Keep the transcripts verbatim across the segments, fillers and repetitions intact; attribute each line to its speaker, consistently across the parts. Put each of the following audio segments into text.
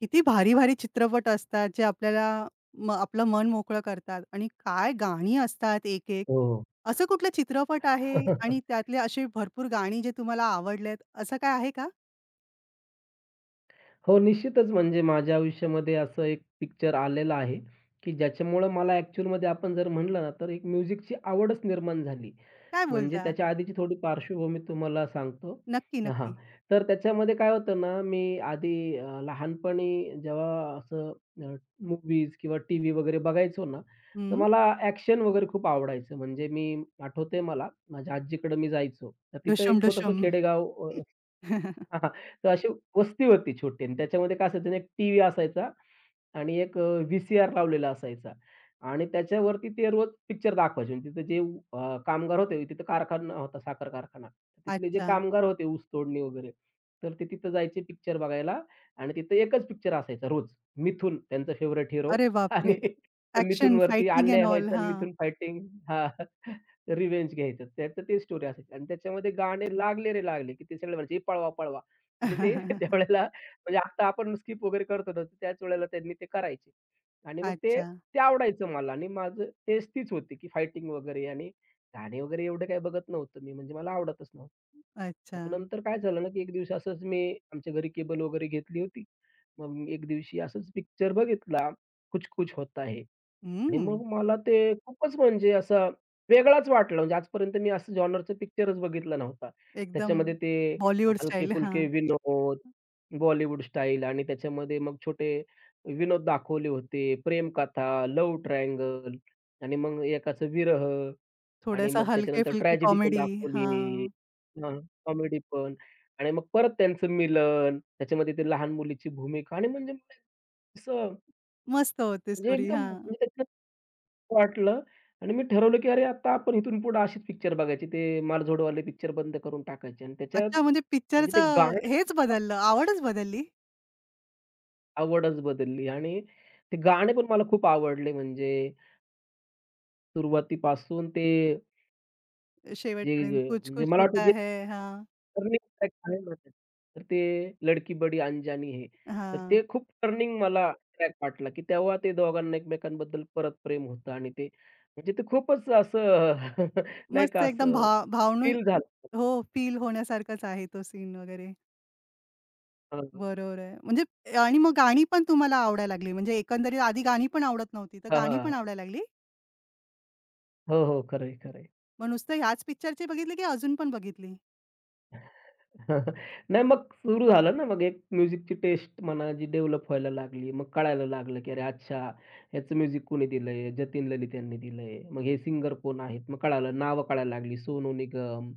Speaker 1: किती भारी-भारी चित्रपट असतात, जे आपल्याला म आपलं मन मोकळं करतात आणि काय गाणी असतात एक-एक.
Speaker 2: हो,
Speaker 1: असं कुठलं चित्रपट आहे
Speaker 2: हो.
Speaker 1: आणि त्यातले असे भरपूर गाणी जे तुम्हाला आवडलेत, असं काय आहे का?
Speaker 2: हो, निश्चितच म्हणजे माझ्या आयुष्यामध्ये असं एक पिक्चर आलेलं आहे, की ज्याच्यामुळं मला ॲक्चुअलमध्ये आपण जर म्हणलं ना, तर एक म्युझिकची आवडच निर्माण झाली.
Speaker 1: काय
Speaker 2: म्हणजे
Speaker 1: बोलता?
Speaker 2: त्याच्या आधीची थोडी पार्श्वभूमी तुम्हाला सांगतो.
Speaker 1: नक्की,
Speaker 2: हां.
Speaker 1: नक्की.
Speaker 2: तर त्याच्यामध्ये काय होतं ना, मी आधी अ, लहानपणी जेव्हा असं मूवीज मूव्हीज किंवा टीव्ही वगैरे बघायचो ना, तर
Speaker 1: हं.
Speaker 2: मला ॲक्शन वगैरे खूप आवडायचं. म्हणजे मी आठवतंय मला, माझ्या आजीकडे मी जायचो. तर तिथं
Speaker 1: ढुशूम,
Speaker 2: एक छोटंसं
Speaker 1: ढुशूम.
Speaker 2: खेडेगाव. अ तर अशी वस्ती होती छोटी आणि त्याच्यामध्ये काय असायचं ना, एक टीव्ही असायचा आणि एक अ, व्ही-सी-आर लावलेला असायचा आणि त्याच्यावरती ते रोज पिक्चर दाखवायचे. आणि तिथे जे अ, कामगार होते, तिथे कारखाना होता, साखर कारखाना. तिथले जे
Speaker 1: अच्छा.
Speaker 2: कामगार होते ऊस तोडणी वगैरे, तर ते तिथं जायचे पिक्चर बघायला आणि तिथे एकच पिक्चर असायचा रोज. मिथून त्यांचा फेव्हरेट हिरो.
Speaker 1: अरे बापरे!
Speaker 2: आणि
Speaker 1: ॲक्शन,
Speaker 2: मिथूनवरती
Speaker 1: फायटिंग एंड
Speaker 2: अन्याय
Speaker 1: ऑल.
Speaker 2: व्हायचा आणि
Speaker 1: हां.
Speaker 2: मिथून फायटिंग, हां, रिव्हेंज घ्यायचं. त्याचं ते स्टोरी असायची आणि त्याच्यामध्ये गाणे लागले रे लागले, की ते सगळे म्हणायचे, "पळवा, पळवा." म्हणजे ते त्यावेळेला म्हणजे आता आपण स्किप वगैरे करतो ना, त्याच वेळेला त्यांनी ते करायचे. आणि मग ते
Speaker 1: अच्छा,
Speaker 2: ते आवडायचं मला आणि माझं टेस्ट तीच होती, की फायटिंग वगैरे आणि गाणे वगैरे एवढं काही बघत नव्हतो मी, म्हणजे मला आवडतच नव्हतं.
Speaker 1: अच्छा.
Speaker 2: मग नंतर काय झालं ना, की एक दिवशी असंच मी आमच्या घरी केबल वगैरे घेतली होती. मग एक दिवशी असंच पिक्चर बघितला, कुछ कुछ होता है. आणि
Speaker 1: हं.
Speaker 2: मग मला ते खूपच म्हणजे असं वेगळाच वाटला. म्हणजे आजपर्यंत मी असं जॉनरचं पिक्चरच बघितला नव्हता.
Speaker 1: एकदम
Speaker 2: त्याच्यामध्ये ते
Speaker 1: बॉलिवूड स्टाईल. हां.
Speaker 2: हलके-फुलके विनोद, बॉलिवूड स्टाईल आणि त्याच्यामध्ये मग छोटे विनोद दाखवले होते. प्रेमकथा, लव्ह ट्रायंगल आणि मग एकाचं विरह आणि
Speaker 1: थोडंसं
Speaker 2: मग त्याच्यानंतर
Speaker 1: हलके-फुलके
Speaker 2: ट्रॅजेडी पण
Speaker 1: कॉमेडी.
Speaker 2: दाखवली.
Speaker 1: हां.
Speaker 2: कॉमेडी पण आणि मग परत त्यांचं मिलन, त्याच्यामध्ये ते लहान मुलीची भूमिका आणि म्हणजे मला असं
Speaker 1: मस्त होते
Speaker 2: म्हणजे
Speaker 1: स्टोरी.
Speaker 2: एकदम
Speaker 1: हां.
Speaker 2: म्हणजे त्याच्यात वाटलं आणि मी ठरवलं, की अरे आता आपण इथून पुढे असेच पिक्चर बघायचे. ते मालझोडवाले पिक्चर बंद करून टाकायचे आणि त्याच्यात
Speaker 1: अच्छा, म्हणजे
Speaker 2: म्हणजे ते
Speaker 1: पिक्चरचं
Speaker 2: गाणे
Speaker 1: हेच
Speaker 2: पण
Speaker 1: बदललं, आवडच बदलली.
Speaker 2: आवडच बदलली आणि ते गाणे पण मला खूप आवडले म्हणजे सुरुवातीपासून ते
Speaker 1: शेवटपर्यंत.
Speaker 2: जे
Speaker 1: कुछ
Speaker 2: म्हणजे
Speaker 1: कुछ
Speaker 2: मला वाटतं
Speaker 1: होता
Speaker 2: जे
Speaker 1: है. हां,
Speaker 2: टर्निंग ट्रॅक आहे ना ते. तर ते लडकी बडी अंजानी है. तर
Speaker 1: हां.
Speaker 2: ते खूप टर्निंग मला ट्रॅक वाटला, की तेव्हा ते दोघांना एकमेकांबद्दल परत प्रेम होतं आणि ते म्हणजे ते खूपच असं नाही
Speaker 1: मस्त
Speaker 2: का
Speaker 1: एकदम
Speaker 2: असं
Speaker 1: भा भावनिक.
Speaker 2: फील झालं.
Speaker 1: हो, फील होण्यासारखाच आहे तो सीन वगैरे.
Speaker 2: हां, हां.
Speaker 1: बरोबर आहे. म्हणजे आणि मग गाणी पण तुम्हाला आवडायला लागली. म्हणजे एकंदरीत आधी गाणी पण आवडत नव्हती, तर गाणी पण आवडायला लागली.
Speaker 2: हो, हो. खरं आहे.
Speaker 1: मग नुसतं ह्याच पिक्चरची बघितली की अजून पण बघितली?
Speaker 2: नाही, मग सुरू झालं ना, मग एक म्युझिकची टेस्ट म्हणा जी डेव्हलप व्हायला लागली. मग कळायला लागलं, की अरे अच्छा, ह्याचं म्युझिक कोणी दिलंय? जतीन ललित यांनी दिलंय. मग हे सिंगर कोण आहेत? मग कळालं, नावं कळायला लागली. सोनू निगम,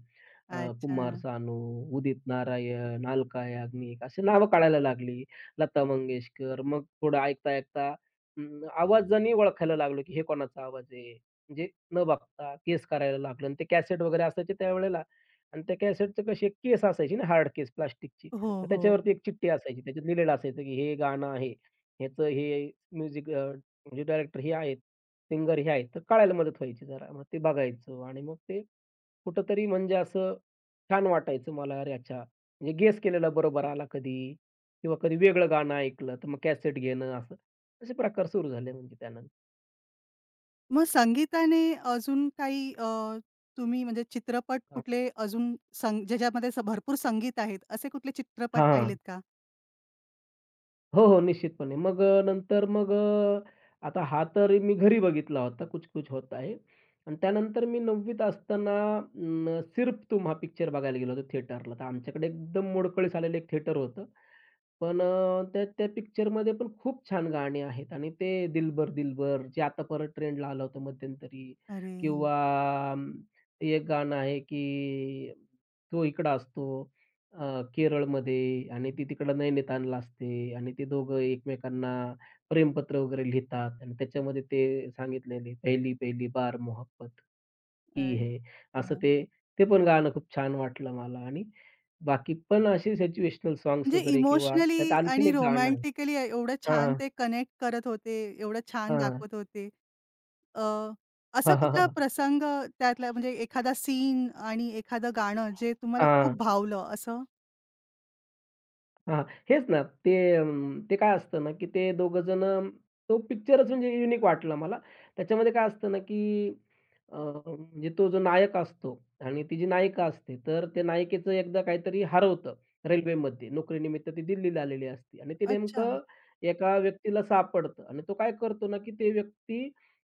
Speaker 2: अ,
Speaker 1: अच्छा.
Speaker 2: कुमार सानू, उदित नारायण, अलका याग्निक अशी नावं कळायला लागली. लता मंगेशकर. मग थोडं ऐकता-ऐकता अं, आवाजाने ओळखायला लागलो, की हे कोणाचा आवाज आहे? म्हणजे न बघता गेस करायला लागलो आणि ते कॅसेट वगैरे असायचे त्यावेळेला. आणि त्या कॅसेटचं कशी एक केस असायची ना, हार्ड केस प्लास्टिकची.
Speaker 1: हो,
Speaker 2: तर
Speaker 1: हो.
Speaker 2: त्याच्यावरती एक चिठ्ठी असायची. त्याच्यात लिहिलेलं असायचं, की हे गाणं आहे. ह्याचं हे म्युझिक म्हणजे डायरेक्टर हे आहेत, सिंगर हे आहेत. तर कळायला मदत व्हायची जरा. मग ते बघायचो आणि मग ते कुठेतरी म्हणजे असं छान वाटायचं मला. अरे अच्छा! म्हणजे गेस केलेला बरोबर आला कधी किंवा कधी वेगळं गाणं ऐकलं, तर मग कॅसेट घेणं असं. असे प्रकार सुरू झाले म्हणजे त्यानंतर.
Speaker 1: मग संगीताने अजून काही अ, तुम्ही म्हणजे चित्रपट
Speaker 2: हां.
Speaker 1: कुठले अजून सं ज्याच्यामध्ये असं भरपूर संगीत आहेत, असे कुठले चित्रपट पाहिलेत का?
Speaker 2: हो, हो. निश्चितपणे. मग अ, नंतर मग अ, आता हा तर मी घरी बघितला होता, कुछ कुछ होता है. आणि त्यानंतर मी नववीत असताना अं, सिर्फ तुम हा पिक्चर बघायला गेलो होतो थिएटरला. तर आमच्याकडे एकदम मोडकळीस आलेलं एक थिएटर होतं. पण अ, त्या त्या पिक्चरमध्ये पण खूप छान गाणी आहेत आणि ते दिलबर दिलबर जे आता परत ट्रेंडला आलं होतं मध्यंतरी
Speaker 1: अरे!
Speaker 2: किंवा अं, ते एक गाणं आहे की तो इकडं असतो. अ, केरळमध्ये आणि ती तिकडं नैनितालला असते आणि ते दोघं एकमेकांना प्रेमपत्र वगैरे लिहितात आणि त्याच्यामध्ये ते सांगितलेले, "पहली पहली बार मोहब्बत की है." असं
Speaker 1: अच्छा.
Speaker 2: ते ते पण गाणं खूप छान वाटलं मला आणि बाकी पण असे सिच्युएशनल सॉन्ग्स
Speaker 1: म्हणजे
Speaker 2: वगैरे किंवा त्यात
Speaker 1: इमोशनली
Speaker 2: आणखीन
Speaker 1: आणि
Speaker 2: एक गाणं आहे.
Speaker 1: रोमॅन्टिकली एवढं छान ते कनेक्ट करत होते, एवढं छान
Speaker 2: हां.
Speaker 1: दाखवत होते. अ, असा
Speaker 2: हां, हां,
Speaker 1: कुठला
Speaker 2: हां.
Speaker 1: प्रसंग त्यातला म्हणजे एखादा सीन आणि एखादं गाणं जे तुम्हाला
Speaker 2: हां.
Speaker 1: खूप भावलं असं?
Speaker 2: हां, हेच ना. ते अं, ते काय असतं ना, की ते दोघं जण तो पिक्चरच म्हणजे युनिक वाटला मला. त्याच्यामध्ये काय असतं ना, की अ, म्हणजे तो जो नायक असतो आणि ती जी नायिका असते, तर त्या नायिकेचं एकदा काहीतरी हरवतं रेल्वेमध्ये. नोकरीनिमित्त ती दिल्लीला आलेली असते आणि ते
Speaker 1: अच्छा,
Speaker 2: नेमकं एका व्यक्तीला सापडतं आणि तो काय करतो ना, की ते व्यक्ती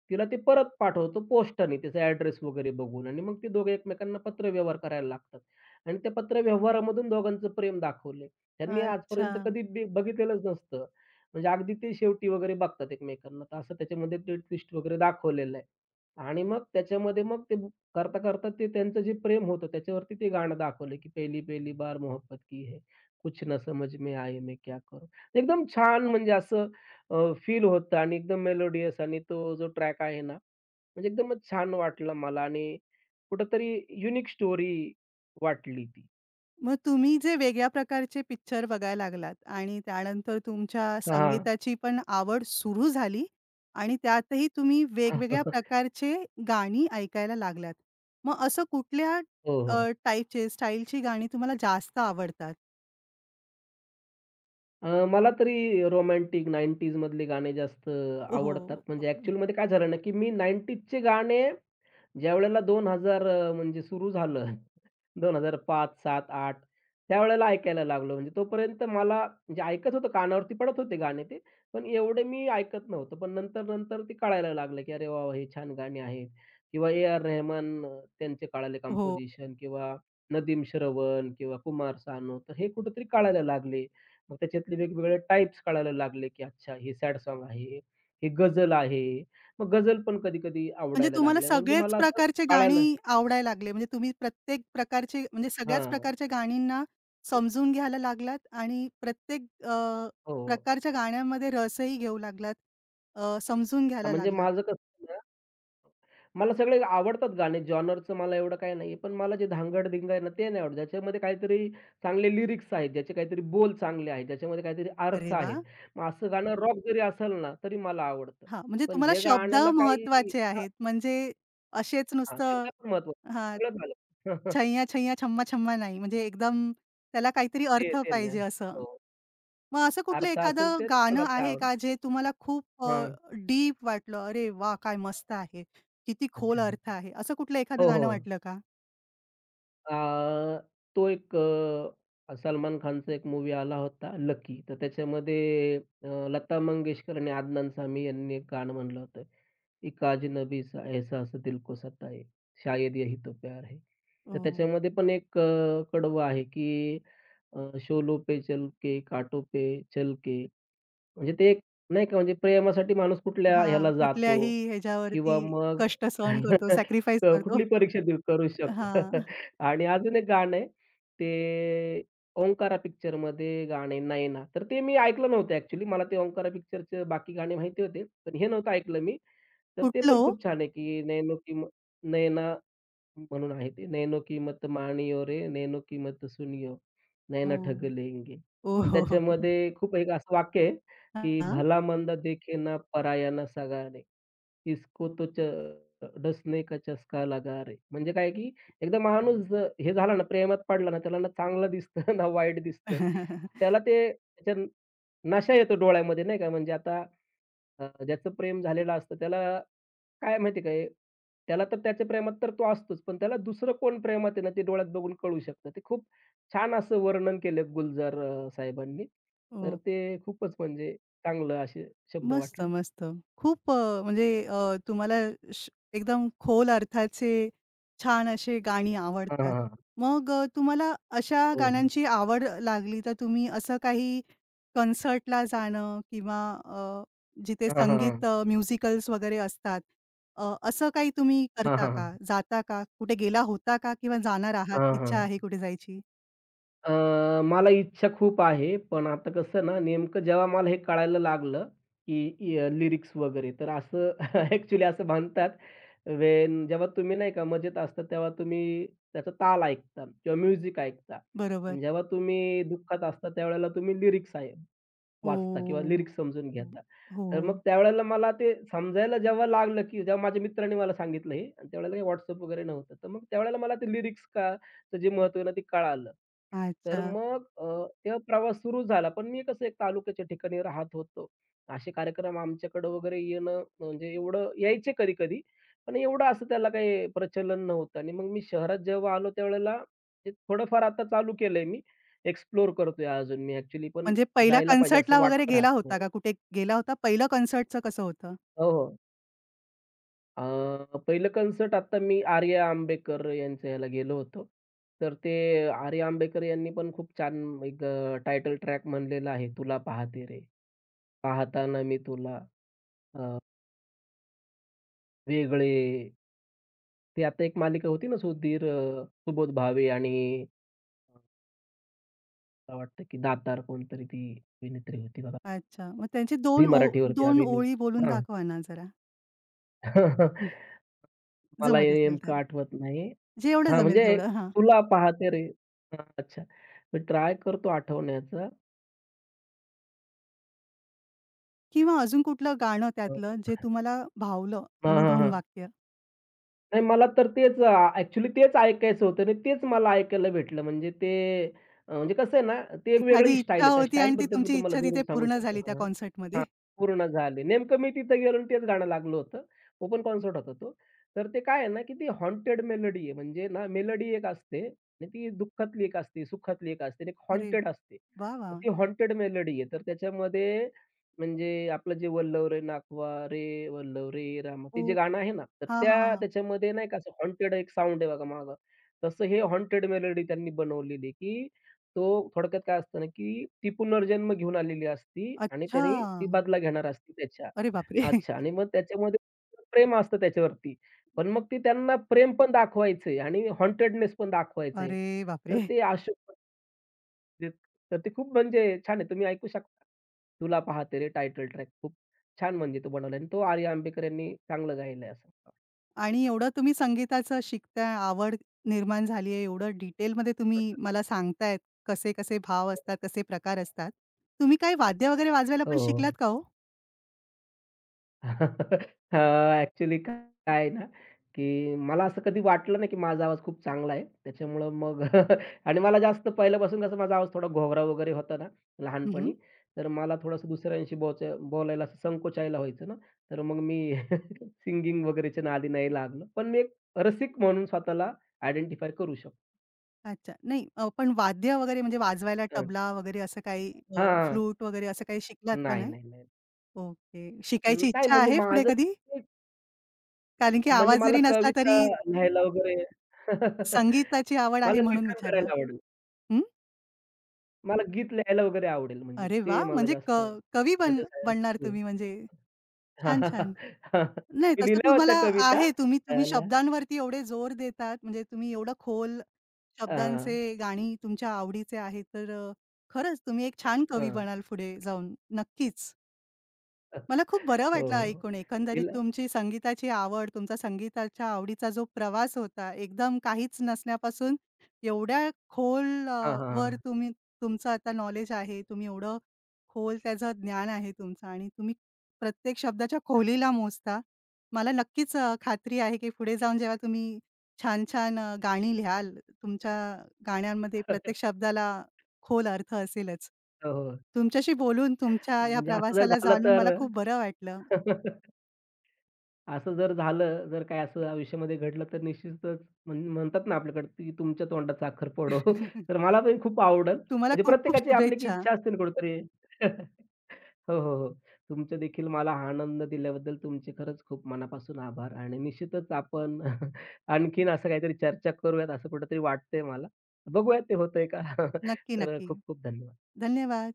Speaker 2: तिला ते परत पाठवतो पोस्टाने त्याचा ॲड्रेस वगैरे बघून आणि मग ते दोघे एकमेकांना पत्रव्यवहार करायला लागतात आणि त्या पत्रव्यवहारामधून दोघांचं प्रेम दाखवलंय. त्यांनी
Speaker 1: अच्छा.
Speaker 2: आजपर्यंत कधी बी बघितलेलंच नसतं. म्हणजे अगदी ते शेवटी वगैरे बघतात एकमेकांना. तर असं त्याच्यामध्ये ते ट्विस्ट वगैरे दाखवलेलं आहे. आणि मग त्याच्यामध्ये मग ते करता-करता ते त्यांचं जे प्रेम होतं त्याच्यावरती ते गाणं दाखवलं, की "पहली-पहली बार मोहब्बत की है, कुछ ना समझ में आए मैं क्या करूँ." एकदम छान म्हणजे असं फील होतं आणि एकदम मेलोडियस आणि तो जो ट्रॅक आहे ना, म्हणजे एकदमच छान वाटलं मला आणि कुठेतरी युनिक स्टोरी वाटली ती.
Speaker 1: मग तुम्ही जे वेगळ्या प्रकारचे पिक्चर बघायला लागलात आणि त्यानंतर तुमच्या
Speaker 2: हां.
Speaker 1: संगीताची पण आवड सुरू झाली आणि त्यातही तुम्ही वेगवेगळ्या
Speaker 2: हो,
Speaker 1: प्रकारचे गाणी ऐकायला लागलात. मग असं कुठल्या
Speaker 2: हो, हो.
Speaker 1: अ, टाइपचे स्टाईलची गाणी तुम्हाला जास्त आवडतात?
Speaker 2: अ, मला तरी रोमॅन्टिक नाइंटीज मधले गाणे जास्त
Speaker 1: हो.
Speaker 2: आवडतात. म्हणजे ॲक्चुअलमध्ये काय झालं ना, की मी 90sचे गाणे ज्यावेळेला दोन हजार अ, म्हणजे सुरू झालं दोन हजार पाच, सात, आठ त्यावेळेला ऐकायला लागलो. म्हणजे तोपर्यंत मला म्हणजे ऐकत होतो, कानावरती पडत होते गाणे ते, पण एवढे मी ऐकत नव्हतो. पण नंतर-नंतर ते कळायला लागलं, की अरे वाह! वाह! हे छान गाणी आहेत किंवा ए.आर. रहमान अ, त्यांचे कळाले
Speaker 1: हो.
Speaker 2: कंपोझिशन किंवा नदीम श्रवण किंवा कुमार सानू, तर हे कुठेतरी कळायला लागले. मग त्याच्यातले वेगवेगळे टाइप्स कळायला लागले, की अच्छा हे सॅड सॉन्ग आहे, हे गझल आहे. मग गझल पण कधी-कधी
Speaker 1: म्हणजे
Speaker 2: आवडायला
Speaker 1: तुम्हाला
Speaker 2: लागल्या. म्हणजे
Speaker 1: सगळेच
Speaker 2: मला असं
Speaker 1: प्रकारचे
Speaker 2: कळालं.
Speaker 1: गाणी आवडायला लागले. म्हणजे तुम्ही प्रत्येक प्रकारचे म्हणजे सगळ्याच
Speaker 2: हां.
Speaker 1: प्रकारच्या गाणींना समजून घ्यायला लागलात आणि प्रत्येक अ,
Speaker 2: हो. हो.
Speaker 1: प्रकारच्या गाण्यामध्ये रसही घेऊ लागलात. अ, समजून
Speaker 2: हां,
Speaker 1: घ्यायला
Speaker 2: म्हणजे
Speaker 1: लागलात.
Speaker 2: माझं कसं आहे ना, मला सगळे आवडतात गाणे, जॉनरचं मला एवढं काही नाही आहे. पण मला जे धांगड-धिंगा आहे ना, ते नाही आवडत. ज्याच्यामध्ये काहीतरी चांगले लिरिक्स आहेत, ज्याचे काहीतरी बोल चांगले आहेत, ज्याच्यामध्ये काहीतरी
Speaker 1: अरे
Speaker 2: अर्थ आहेत.
Speaker 1: वाह!
Speaker 2: मग असं गाणं रॉक जरी असेल ना, तरी मला आवडतं.
Speaker 1: हां, म्हणजे
Speaker 2: पण
Speaker 1: तुम्हाला
Speaker 2: जे
Speaker 1: शब्द
Speaker 2: गाण्याला काही
Speaker 1: महत्त्वाचे
Speaker 2: हां,
Speaker 1: आहेत. म्हणजे असेच
Speaker 2: हां,
Speaker 1: नुसतं
Speaker 2: शब्द पण
Speaker 1: हां,
Speaker 2: महत्वाचे, सगळंच आलं.
Speaker 1: छैया छैया छम्मा छम्मा नाही. म्हणजे एकदम त्याला काहीतरी
Speaker 2: ते
Speaker 1: अर्थ
Speaker 2: ते
Speaker 1: पाहिजे
Speaker 2: नाही.
Speaker 1: असं.
Speaker 2: हो.
Speaker 1: मग असं कुठलं
Speaker 2: अर्थ
Speaker 1: एखादं
Speaker 2: असेल तर
Speaker 1: गाणं
Speaker 2: मला ते
Speaker 1: आहे
Speaker 2: आवडतं.
Speaker 1: का, जे तुम्हाला खूप
Speaker 2: हां.
Speaker 1: डीप वाटलं? "अरे वाह! काय मस्त आहे. किती खोल
Speaker 2: अच्छा.
Speaker 1: अर्थ आहे." असं कुठलं एखादं
Speaker 2: हो,
Speaker 1: गाणं
Speaker 2: हो.
Speaker 1: वाटलं का?
Speaker 2: अ, तो एक अ, सलमान खानचा एक मूवी आला होता लकी. तर त्याच्यामध्ये अ, लता मंगेशकर आणि आदनान सामी यांनी एक गाणं म्हणलं होतं, की "काजनबी सा एहसास दिल को सताए, शायद यही तो प्यार है."
Speaker 1: अ,
Speaker 2: तर त्याच्यामध्ये पण एक अ, कडवं आहे, की अ, "शोलो पे चल के, कांटो पे चल के." म्हणजे ते एक नाही का म्हणजे प्रेमासाठी माणूस कुठल्या
Speaker 1: हां,
Speaker 2: ह्याला जातो
Speaker 1: कुठल्याही ह्याच्यावरती
Speaker 2: किंवा मग
Speaker 1: कष्ट सहन करतो, सॅक्रिफाईस
Speaker 2: तर
Speaker 1: करतो.
Speaker 2: कुठली परीक्षा देऊ करू शकतो.
Speaker 1: हां.
Speaker 2: आणि अजून एक गाणं आहे ते ओंकारा पिक्चरमध्ये गाणं आहे ना, तर ते मी ऐकलं नव्हतं ॲक्चुअली. मला ते ओंकारा पिक्चरचे बाकी गाणे माहिती होते, पण हे नव्हतं ऐकलं मी. तर ते पण
Speaker 1: कुठलं
Speaker 2: खूप छान आहे की "नैनो की" म्हणून आहे ते. "नैनो की मानियो रे, नैनो की सुनियो,
Speaker 1: हो.
Speaker 2: नैना ठग लेंगे."
Speaker 1: ओ, ओ
Speaker 2: आणि
Speaker 1: हो, हो, हो.
Speaker 2: त्याच्यामध्ये खूप एक असं वाक्य आहे, की
Speaker 1: हां.
Speaker 2: "भला मंदा देखे ना पराया ना सगाने, इसको तो च डसने का चस्का लगा रे." म्हणजे काय, की एकदा माणूस ज हे झाला ना, प्रेमात पडला ना, त्याला ना चांगलं दिसतं ना वाईट दिसतं. त्याला ते त्याच्या नशा येतो डोळ्यामध्ये नाही का. म्हणजे आता अ, ज्याचं प्रेम झालेलं असतं त्याला काय माहिती आहे काय, त्याला तर त्याच्या प्रेमात तर तो असतोच, पण त्याला दुसरं कोण प्रेमात आहे ना, ते डोळ्यात बघून कळू शकतं. ते खूप छान असं वर्णन केलं गुलजार अ, साहेबांनी. तर
Speaker 1: ओ.
Speaker 2: ते खूपच म्हणजे चांगलं असे शब्द
Speaker 1: मस्त,
Speaker 2: वाटले.
Speaker 1: मस्त. खूप अ, म्हणजे अ, तुम्हाला श एकदम खोल अर्थाचे छान असे गाणी
Speaker 2: हां, हां,
Speaker 1: आवडतात.
Speaker 2: हां.
Speaker 1: मग अ, तुम्हाला अशा
Speaker 2: हो, हो.
Speaker 1: गाण्यांची आवड लागली, तर तुम्ही असं काही कन्सर्टला जाणं किंवा अ, जिथे
Speaker 2: हां, हां,
Speaker 1: संगीत
Speaker 2: हां.
Speaker 1: अ, म्युझिकल्स वगैरे असतात, अ, असं काही तुम्ही
Speaker 2: हां,
Speaker 1: करता
Speaker 2: हां,
Speaker 1: का?
Speaker 2: हां.
Speaker 1: जाता का? कुठे गेला होता का किंवा जाणार आहात?
Speaker 2: हां,
Speaker 1: इच्छा
Speaker 2: हां.
Speaker 1: आहे कुठे जायची?
Speaker 2: अ, मला इच्छा खूप आहे, पण आता कसं ना, नेमकं जेव्हा मला हे कळायला लागलं, की लिरिक्स वगैरे, तर असं ॲक्चुअली असं म्हणतात, वेन जेव्हा तुम्ही नाही का मजेत असता, तेव्हा तुम्ही त्याचा ताल ऐकता किंवा म्युझिक ऐकता
Speaker 1: बरोबर.
Speaker 2: आणि जेव्हा तुम्ही दुःखात असता, त्यावेळेला तुम्ही लिरिक्स आहे वाचता किंवा
Speaker 1: हो,
Speaker 2: लिरिक्स समजून
Speaker 1: हो, हो.
Speaker 2: घेता.
Speaker 1: हो,
Speaker 2: तर मग
Speaker 1: हो.
Speaker 2: त्यावेळेला मला ते समजायला जेव्हा लागलं, की जेव्हा माझ्या मित्राने मला सांगितलं हे आणि त्यावेळेला काही WhatsApp वगैरे नव्हतं. तर मग त्यावेळेला मला ते लिरिक्स का चं जे महत्त्व आहे ना, ते कळालं. तर
Speaker 1: अच्छा.
Speaker 2: मग अ, तेव्हा प्रवास सुरू झाला. पण मी कसं एक तालुक्याच्या ठिकाणी राहत होतो. असे कार्यक्रम आमच्याकडे वगैरे येणं म्हणजे एवढं यायचे कधी-कधी, पण एवढं असं त्याला काही प्रचलन नव्हतं. आणि मग मी शहरात जेव्हा आलो त्यावेळेला ते थोडंफार आता चालू केलंय मी. एक्सप्लोर करतोय अजून मी ॲक्चुअली पण
Speaker 1: म्हणजे पहिल्या
Speaker 2: जायला पाहिजे असं
Speaker 1: कन्सर्टला वगैरे
Speaker 2: वाटत राहत
Speaker 1: गेला होता
Speaker 2: नाही.
Speaker 1: का? कुठे गेला होता? पहिलं कन्सर्टचं कसं होतं?
Speaker 2: हो, हो. अ, पहिलं कन्सर्ट आता मी आर्या आंबेकर यांच्या ह्याला गेलो होतो. तर ते आर्या आंबेकर यांनी पण खूप छान एक अ, टायटल ट्रॅक म्हणलेला आहे, "तुला पाहते रे, पाहताना मी तुला" अ, वेगळे. ते आता एक मालिका होती ना, सुधीर अ, सुबोध भावे आणि अं, मला वाटतं की दातार कोणतरी ती अभिनेत्री होती बघा.
Speaker 1: अच्छा. मग त्यांची
Speaker 2: झी
Speaker 1: दोन ओ
Speaker 2: मराठीवरती
Speaker 1: दोन ओळी बोलून
Speaker 2: अभिनेत्री, हां.
Speaker 1: दाखवा ना जरा? हं,
Speaker 2: मला
Speaker 1: जमत
Speaker 2: हे
Speaker 1: असेल
Speaker 2: नेमकं
Speaker 1: तर.
Speaker 2: आठवत नाही.
Speaker 1: जेवढं
Speaker 2: हां,
Speaker 1: जमेल
Speaker 2: म्हणजे
Speaker 1: तेवढं. हां.
Speaker 2: "तुला पाहते रे." हां, अच्छा. मी ट्राय करतो आठवण्याचा.
Speaker 1: किंवा अजून कुठलं गाणं
Speaker 2: अ,
Speaker 1: त्यातलं जे तुम्हाला भावलं
Speaker 2: हां,
Speaker 1: आणि
Speaker 2: हां,
Speaker 1: दोन
Speaker 2: हां.
Speaker 1: वाक्य?
Speaker 2: नाही मला तर तेच अ, ॲक्चुअली तेच ऐकायचं होतं आणि तेच मला ऐकायला भेटलं. म्हणजे ते अ, म्हणजे कसं आहे ना, ती एक
Speaker 1: एखादी
Speaker 2: वेगळी स्टाईल
Speaker 1: इच्छा
Speaker 2: आहे. त्या
Speaker 1: होती आणि ती
Speaker 2: स्टाईलबद्दल मी
Speaker 1: तुमची
Speaker 2: तुम्हाला
Speaker 1: इच्छा
Speaker 2: जरूर
Speaker 1: तिथे
Speaker 2: सांगू
Speaker 1: पूर्ण
Speaker 2: शकतो.
Speaker 1: झाली त्या
Speaker 2: हां.
Speaker 1: कॉन्सर्टमध्ये?
Speaker 2: हां, पूर्ण झाले. नेमकं मी तिथं गेलो आणि तेच गाणं लागलं होतं. ओपन कॉन्सर्ट होता तो. तर ते काय आहे ना, की ती हॉन्टेड मेलडी आहे. म्हणजे ना मेलडी एक असते आणि ती दुःखातली एक असते, सुखातली एक असते आणि एक
Speaker 1: अरे
Speaker 2: हॉन्टेड असते.
Speaker 1: वाह!
Speaker 2: तर
Speaker 1: वाह!
Speaker 2: ती हॉन्टेड मेलडी आहे. तर त्याच्यामध्ये म्हणजे आपलं जे "वल्लव रे नाखवा रे वल्लव रे रामा" ते
Speaker 1: ओ
Speaker 2: जे गाणं आहे ना, तर
Speaker 1: हां, हां,
Speaker 2: त्या
Speaker 1: हां.
Speaker 2: त्याच्यामध्ये नाही का असं हॉन्टेड एक साउंड आहे बघा मागं. तसं हे हॉन्टेड मेलोडी त्यांनी बनवलेली, की तो थोडक्यात काय असतं ना, की ती पुनर्जन्म घेऊन आलेली असती आणि
Speaker 1: अच्छा.
Speaker 2: त्यांनी ती बदला घेणार असती त्याच्या.
Speaker 1: अरे बापरे!
Speaker 2: अच्छा आणि मग त्याच्यामध्ये प्रेम असतं त्याच्यावरती. पण मग ती त्यांना प्रेम पण दाखवायचंय आणि हॉन्टेडनेस पण दाखवायचं आहे.
Speaker 1: अरे
Speaker 2: तर
Speaker 1: बापरे!
Speaker 2: ते अशोक तर ते खूप म्हणजे छान आहे. तुम्ही ऐकू शकता. तुला पाहते रे टायटल ट्रॅक खूप छान म्हणजे तो बनवला आणि तो आर्य आंबेकर यांनी चांगलं गायलंय असं मला
Speaker 1: आणि एवढं तुम्ही संगीताचं शिकताय, आवड निर्माण झाली आहे, एवढं डिटेलमध्ये तुम्ही मला सांगतायत, कसे-कसे भाव असतात,
Speaker 2: वाटतं.
Speaker 1: कसे प्रकार असतात. तुम्ही काही वाद्य वगैरे वाजवायला पण
Speaker 2: हो.
Speaker 1: शिकलात का हो?
Speaker 2: अ, काय आहे ना, की मला असं कधी वाटलं नाही, की माझा आवाज खूप चांगला आहे. त्याच्यामुळं मग आणि मला जास्त पहिल्यापासून कसं माझा आवाज थोडा घोगरा वगैरे होता ना
Speaker 1: हं,
Speaker 2: लहानपणी, तर मला थोडंसं दुसऱ्यांशी बोचा बोलायला असं संकोचायला व्हायचं ना, तर मग मी सिंगिंग वगैरेच्या नादी नाही लागलो. पण मी एक रसिक म्हणून स्वतःला आयडेंटिफाय करू शकतो.
Speaker 1: अच्छा. नाही अ, पण वाद्य वगैरे म्हणजे वाजवायला
Speaker 2: हं.
Speaker 1: तबला वगैरे असं काही अ,
Speaker 2: हां.
Speaker 1: फ्लूट वगैरे असं काही शिकलात का
Speaker 2: नाही,
Speaker 1: नाही?
Speaker 2: नाही, नाही.
Speaker 1: ओके.
Speaker 2: अं,
Speaker 1: शिकायची
Speaker 2: नाही
Speaker 1: इच्छा
Speaker 2: म्हणजे
Speaker 1: आहे पुढे
Speaker 2: माझं
Speaker 1: कधी? कारण की
Speaker 2: म्हणजे
Speaker 1: आवाज
Speaker 2: मला
Speaker 1: जरी नसला तरी
Speaker 2: कविता लिहायला वगैरे
Speaker 1: संगीताची आवड आहे
Speaker 2: मला
Speaker 1: म्हणून
Speaker 2: लिखाण
Speaker 1: विचारलं.
Speaker 2: करायला आवडेल.
Speaker 1: हं.
Speaker 2: मला गीत लिहायला वगैरे आवडेल म्हणजे
Speaker 1: अरे
Speaker 2: ते
Speaker 1: वाह!
Speaker 2: मला
Speaker 1: म्हणजे क
Speaker 2: जास्त
Speaker 1: कवी बन
Speaker 2: माझ्या
Speaker 1: बनणार
Speaker 2: सायन्स.
Speaker 1: तुम्ही म्हणजे. छान, छान. नाही
Speaker 2: मी
Speaker 1: तसं
Speaker 2: लिहिल्या
Speaker 1: तुम्हाला
Speaker 2: होत्या कविता.
Speaker 1: आहे. तुम्ही तुम्ही
Speaker 2: त्याला
Speaker 1: शब्दांवरती एवढे जोर देतात, म्हणजे तुम्ही एवढं खोल शब्दांचे
Speaker 2: हां,
Speaker 1: गाणी तुमच्या आवडीचे आहे, तर अ, खरंच तुम्ही एक छान कवी
Speaker 2: हां.
Speaker 1: बनाल पुढे जाऊन. नक्कीच. मला खूप बरं
Speaker 2: हो,
Speaker 1: वाटलं
Speaker 2: हो.
Speaker 1: ऐकून एकंदरीत
Speaker 2: लिहिलं
Speaker 1: तुमची संगीताची आवड, तुमचा संगीताच्या आवडीचा जो प्रवास होता, एकदम काहीच नसण्यापासून एवढ्या खोल
Speaker 2: हां,
Speaker 1: अ,
Speaker 2: हां,
Speaker 1: वर
Speaker 2: हां.
Speaker 1: तुम्ही तुमचं आता नॉलेज आहे. तुम्ही एवढं खोल त्याचं ज्ञान आहे तुमचं आणि तुम्ही प्रत्येक शब्दाच्या खोलीला मोजता. मला नक्कीच अ, खात्री आहे, की पुढे जाऊन जेव्हा तुम्ही छान-छान अ, गाणी लिहाल, तुमच्या गाण्यांमध्ये प्रत्येक शब्दाला खोल अर्थ असेलच.
Speaker 2: हो, हो.
Speaker 1: तुमच्याशी बोलून तुमच्या या
Speaker 2: म्हणजे असं जर
Speaker 1: प्रवासाला
Speaker 2: झालं
Speaker 1: जाणून मला
Speaker 2: तर
Speaker 1: खूप बरं वाटलं.
Speaker 2: असं जर झालं, जर काय असं आयुष्यामध्ये घडलं तर निश्चितच म्हण म्हणतात ना आपल्याकडे, की तुमच्या तोंडात साखर फोडो. तर मला पण खूप आवडेल.
Speaker 1: तुम्हाला
Speaker 2: म्हणजे
Speaker 1: खूप खूप
Speaker 2: प्रत्येकाची आपली की
Speaker 1: शुभेच्छा.
Speaker 2: इच्छा असते ना कुठेतरी. हो, हो, हो. तुमचं देखील मला हा आनंद दिल्याबद्दल तुमचे खरंच खूप मनापासून आभार आणि निश्चितच आपण आणखीन असं काहीतरी चर्चा करूयात असं कुठेतरी वाटतंय मला. बघूया ते होतंय का?
Speaker 1: नक्की,
Speaker 2: तर
Speaker 1: नक्की.
Speaker 2: खूप खूप धन्यवाद.
Speaker 1: धन्यवाद.